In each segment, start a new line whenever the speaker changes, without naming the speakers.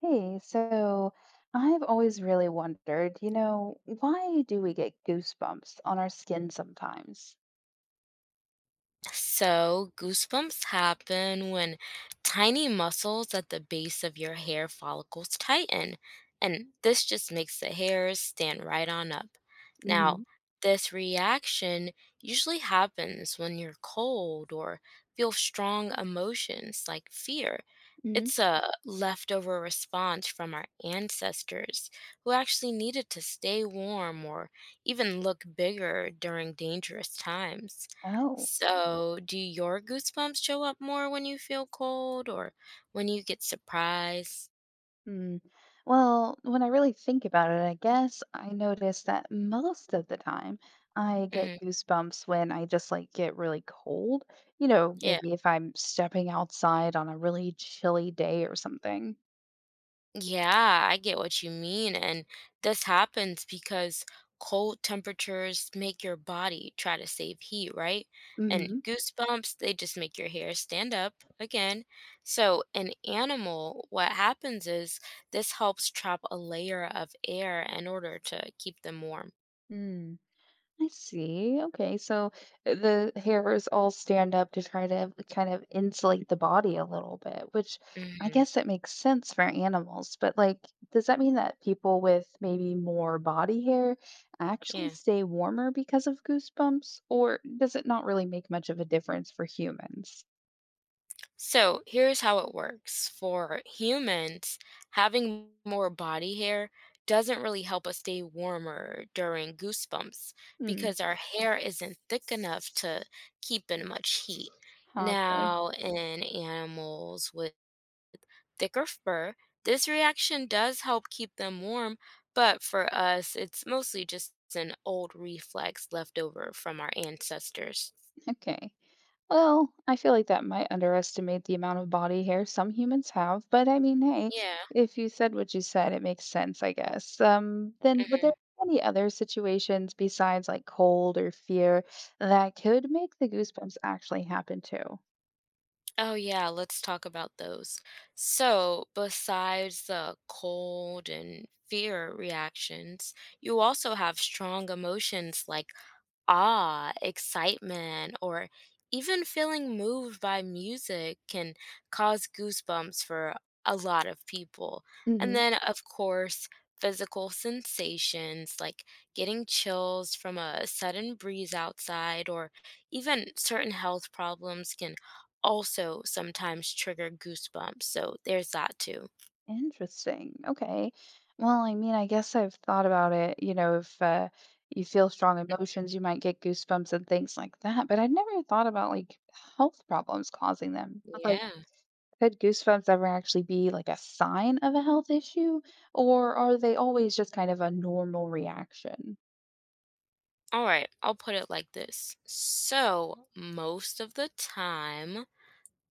Hey, so I've always really wondered, why do we get goosebumps on our skin sometimes?
So, goosebumps happen when tiny muscles at the base of your hair follicles tighten, and this just makes the hairs stand right on up. Now,
Hmm.
this reaction usually happens when you're cold or feel strong emotions like fear.
Hmm.
It's a leftover response from our ancestors who actually needed to stay warm or even look bigger during dangerous times.
Oh,
So, do your goosebumps show up more when you feel cold or when you get surprised?
hmm. Well, when I really think about it, I guess I notice that most of the time I get
Hmm.
goosebumps when I just like get really cold.
Yeah.
Maybe if I'm stepping outside on a really chilly day or something.
Yeah, I get what you mean. And this happens because cold temperatures make your body try to save heat, right? And
Hmm.
goosebumps, they just make your hair stand up again. So, an animal, what happens is this helps trap a layer of air in order to keep them warm.
I see. Okay. So the hairs all stand up to try to kind of insulate the body a little bit, which I
Hmm.
guess that makes sense for animals. But like, does that mean that people with maybe more body hair actually
Yeah.
stay warmer because of goosebumps, or does it not really make much of a difference for humans?
So here's how it works. For humans, having more body hair doesn't really help us stay warmer during goosebumps
Hmm.
because our hair isn't thick enough to keep in much heat.
Huh. Okay.
Now, in animals with thicker fur, this reaction does help keep them warm, but for us, it's mostly just an old reflex left over from our ancestors.
Okay. Well, I feel like that might underestimate the amount of body hair some humans have, but I mean, hey,
Yeah.
if you said what you said, it makes sense, I guess. Then would there
Mhm.
be any other situations besides like cold or fear that could make the goosebumps actually happen too?
Oh, yeah, let's talk about those. So, besides the cold and fear reactions, you also have strong emotions like awe, excitement, or even feeling moved by music can cause goosebumps for a lot of people. And
Hmm.
then, of course, physical sensations like getting chills from a sudden breeze outside, or even certain health problems can also sometimes trigger goosebumps. So, there's that too.
Interesting. Okay. Well, I mean, I guess I've thought about it. If you feel strong emotions, you might get goosebumps and things like that, but I'd never thought about like health problems causing them. Like,
Yeah.
could goosebumps ever actually be like a sign of a health issue, or are they always just kind of a normal reaction?
All right. I'll put it like this. So, most of the time,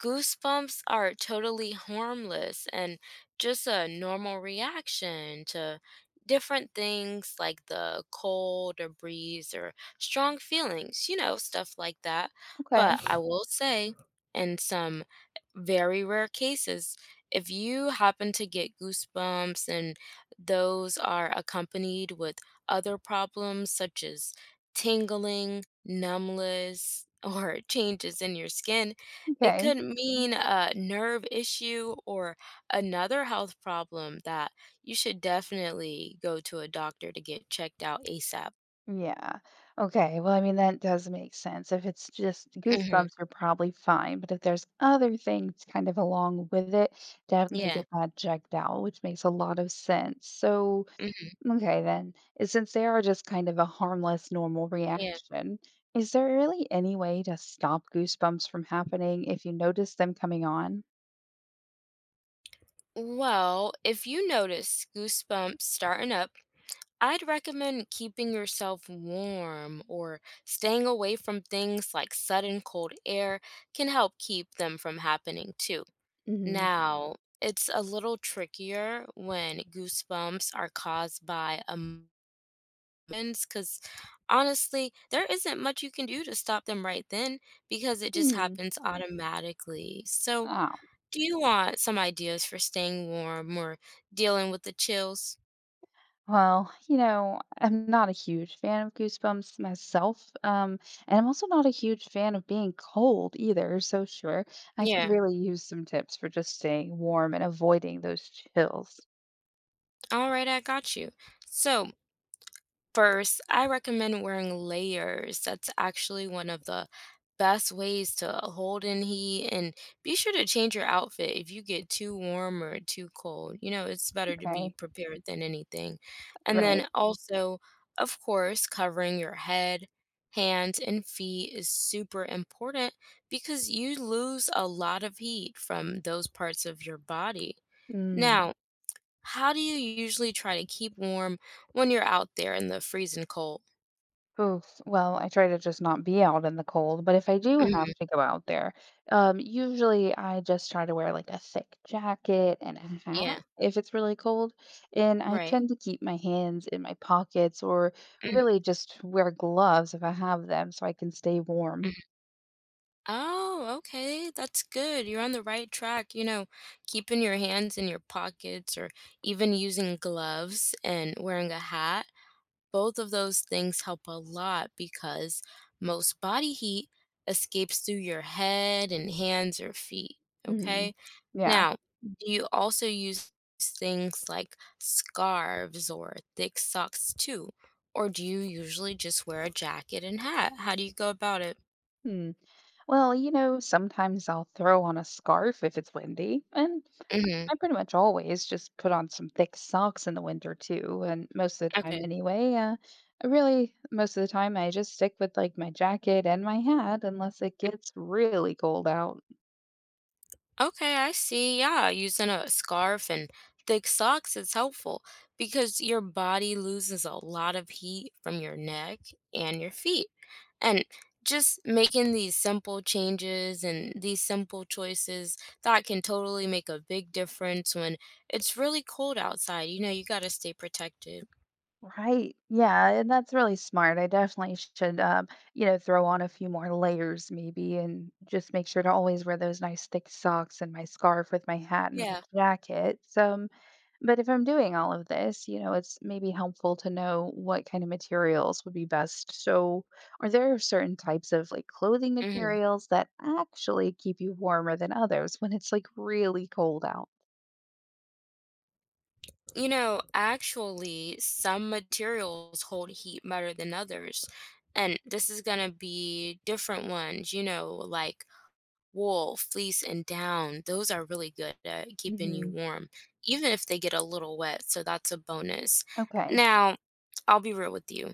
goosebumps are totally harmless and just a normal reaction to different things like the cold or breeze or strong feelings, you know, stuff like that.
Okay.
But I will say, in some very rare cases, if you happen to get goosebumps and those are accompanied with other problems such as tingling, numbness, or changes in your skin, it
Okay.
could mean a nerve issue or another health problem that you should definitely go to a doctor to get checked out ASAP.
Yeah. Okay. Well, I mean, that does make sense. If it's just
Hmm.
goosebumps, you're probably fine. But if there's other things kind of along with it, definitely
Yeah.
get that checked out, which makes a lot of sense. So.
Mhm.
Okay, then. Since they are just kind of a harmless, normal
Yeah.
reaction, is there really any way to stop goosebumps from happening if you notice them coming on?
Well, if you notice goosebumps starting up, I'd recommend keeping yourself warm or staying away from things like sudden cold air can help keep them from happening too.
Hmm.
Now, it's a little trickier when goosebumps are caused by a because honestly, there isn't much you can do to stop them right then because it just
Hmm.
happens automatically. So,
Oh,
do you want some ideas for staying warm or dealing with the chills?
well, I'm not a huge fan of goosebumps myself. And I'm also not a huge fan of being cold either. So, sure, I could
Yeah.
really use some tips for just staying warm and avoiding those chills.
All right, I got you. So, first, I recommend wearing layers. That's actually one of the best ways to hold in heat. And be sure to change your outfit if you get too warm or too cold. You know, it's better to be
Okay.
prepared than anything. And
Right.
then also, of course, covering your head, hands, and feet is super important because you lose a lot of heat from those parts of your body.
Mm.
Now, how do you usually try to keep warm when you're out there in the freezing cold?
Oof. Well, I try to just not be out in the cold, but if I do have
Mhm.
to go out there, usually I just try to wear like a thick jacket and a
Yeah,
hat if it's really cold. And I
right.
tend to keep my hands in my pockets or
Mhm.
really just wear gloves if I have them so I can stay warm.
Mhm. Oh, okay, that's good. You're on the right track, you know, keeping your hands in your pockets or even using gloves and wearing a hat both of those things help a lot because most body heat escapes through your head and hands or feet.
Hmm.
Okay.
Yeah.
Now, do you also use things like scarves or thick socks too? Or do you usually just wear a jacket and hat? How do you go about it?
Hmm. Well, sometimes I'll throw on a scarf if it's windy, and
Mm-hmm.
I pretty much always just put on some thick socks in the winter too, and most of the time
Okay.
anyway. I really, most of the time, I just stick with like my jacket and my hat unless it gets really cold out.
Okay, I see. Yeah, using a scarf and thick socks is helpful because your body loses a lot of heat from your neck and your feet. And just making these simple changes and these simple choices that can totally make a big difference when it's really cold outside. You know, you got to stay protected.
Right. Yeah, and that's really smart. I definitely should throw on a few more layers maybe and just make sure to always wear those nice thick socks and my scarf with my hat and my
Yeah.
jacket. So, but if I'm doing all of this, it's maybe helpful to know what kind of materials would be best. So, are there certain types of like clothing
Hmm.
materials that actually keep you warmer than others when it's like really cold out?
You know, actually, some materials hold heat better than others. And this is going to be different ones, you know, like wool, fleece, and down. Those are really good at keeping you
Hmm.
warm, even if they get a little wet. So that's a bonus.
Okay.
Now, I'll be real with you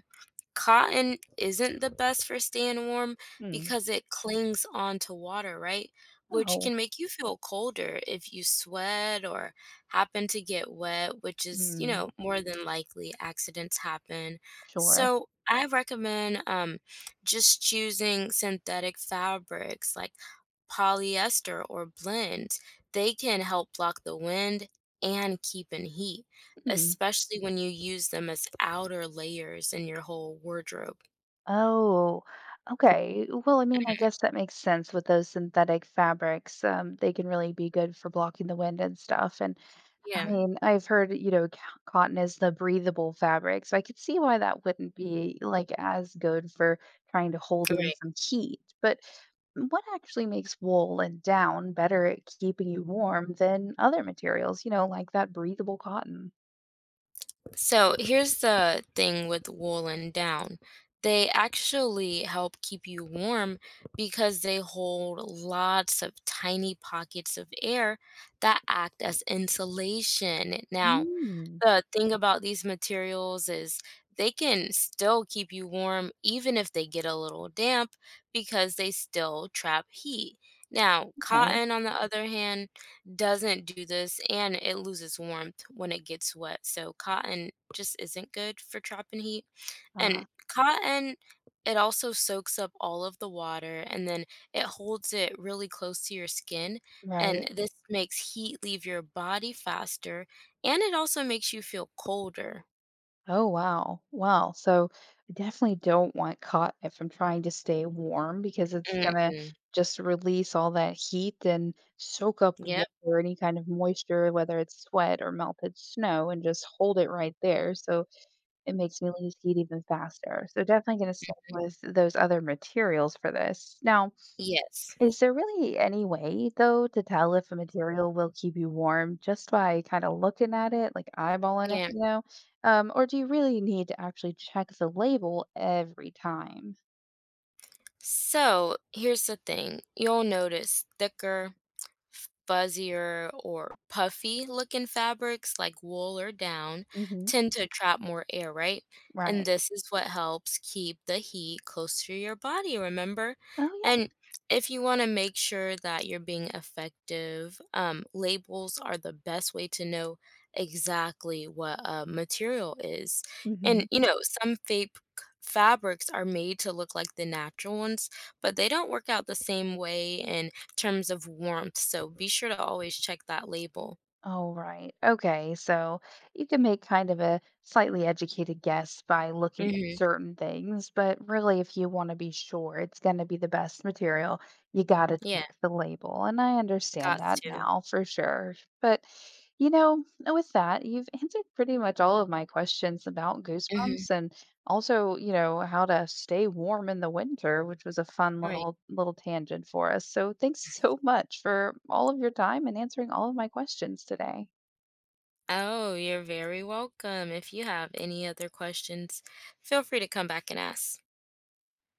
cotton isn't the best for staying warm
Mm.
because it clings onto water, right? Which
Oh,
can make you feel colder if you sweat or happen to get wet, which is, you
mm,
know, more than likely accidents happen.
sure.
So I recommend just choosing synthetic fabrics like polyester or blends. They can help block the wind and keep in heat.
Hmm.
Especially when you use them as outer layers in your whole wardrobe.
Oh, okay. Well, I mean, I guess that makes sense with those synthetic fabrics. They can really be good for blocking the wind and stuff. And I
Yeah,
mean, I've heard, cotton is the breathable fabric, so I could see why that wouldn't be like as good for trying to hold in
right.
some heat. But what actually makes wool and down better at keeping you warm than other materials, like that breathable cotton?
So here's the thing with wool and down. They actually help keep you warm because they hold lots of tiny pockets of air that act as insulation. Now,
Mm.
the thing about these materials is they can still keep you warm even if they get a little damp because they still trap heat. Now,
Okay.
cotton, on the other hand, doesn't do this and it loses warmth when it gets wet. So, cotton just isn't good for trapping heat. And
Ah,
cotton, it also soaks up all of the water and then it holds it really close to your skin. And
right.
this makes heat leave your body faster and it also makes you feel colder.
Oh, wow. Wow. So I definitely don't want caught if I'm trying to stay warm because it's going to
Mm-mm.
just release all that heat and soak up
Yep.
water, any kind of moisture, whether it's sweat or melted snow, and just hold it right there. So it makes me lose heat even faster. So definitely going to stick with those other materials for this. Now,
Yes.
is there really any way, though, to tell if a material will keep you warm just by kind of looking at it, like eyeballing it,
Yeah.
you know? Or do you really need to actually check the label every time?
So here's the thing. You'll notice thicker, fuzzier or puffy looking fabrics like wool or down
Hmm.
tend to trap more air, right? And
Right.
this is what helps keep the heat close to your body, remember?
Oh,
And if you want to make sure that you're being effective, labels are the best way to know exactly what a material is.
yeah. Hmm.
And, you know, some fake fabrics are made to look like the natural ones, but they don't work out the same way. And terms of warmth, so be sure to always check that label.
Oh, right. Okay. So you can make kind of a slightly educated guess by looking at
Mhm.
certain things, but really, if you want to be sure it's going to be the best material, you got to
Yeah,
check the label. And I understand
got
that
to.
now for sure. But, with that, you've answered pretty much all of my questions about
Mhm,
Goosebumps, and also, how to stay warm in the winter, which was a fun
right.
little tangent for us. So, thanks so much for all of your time and answering all of my questions today.
Oh, you're very welcome. If you have any other questions, feel free to come back and ask.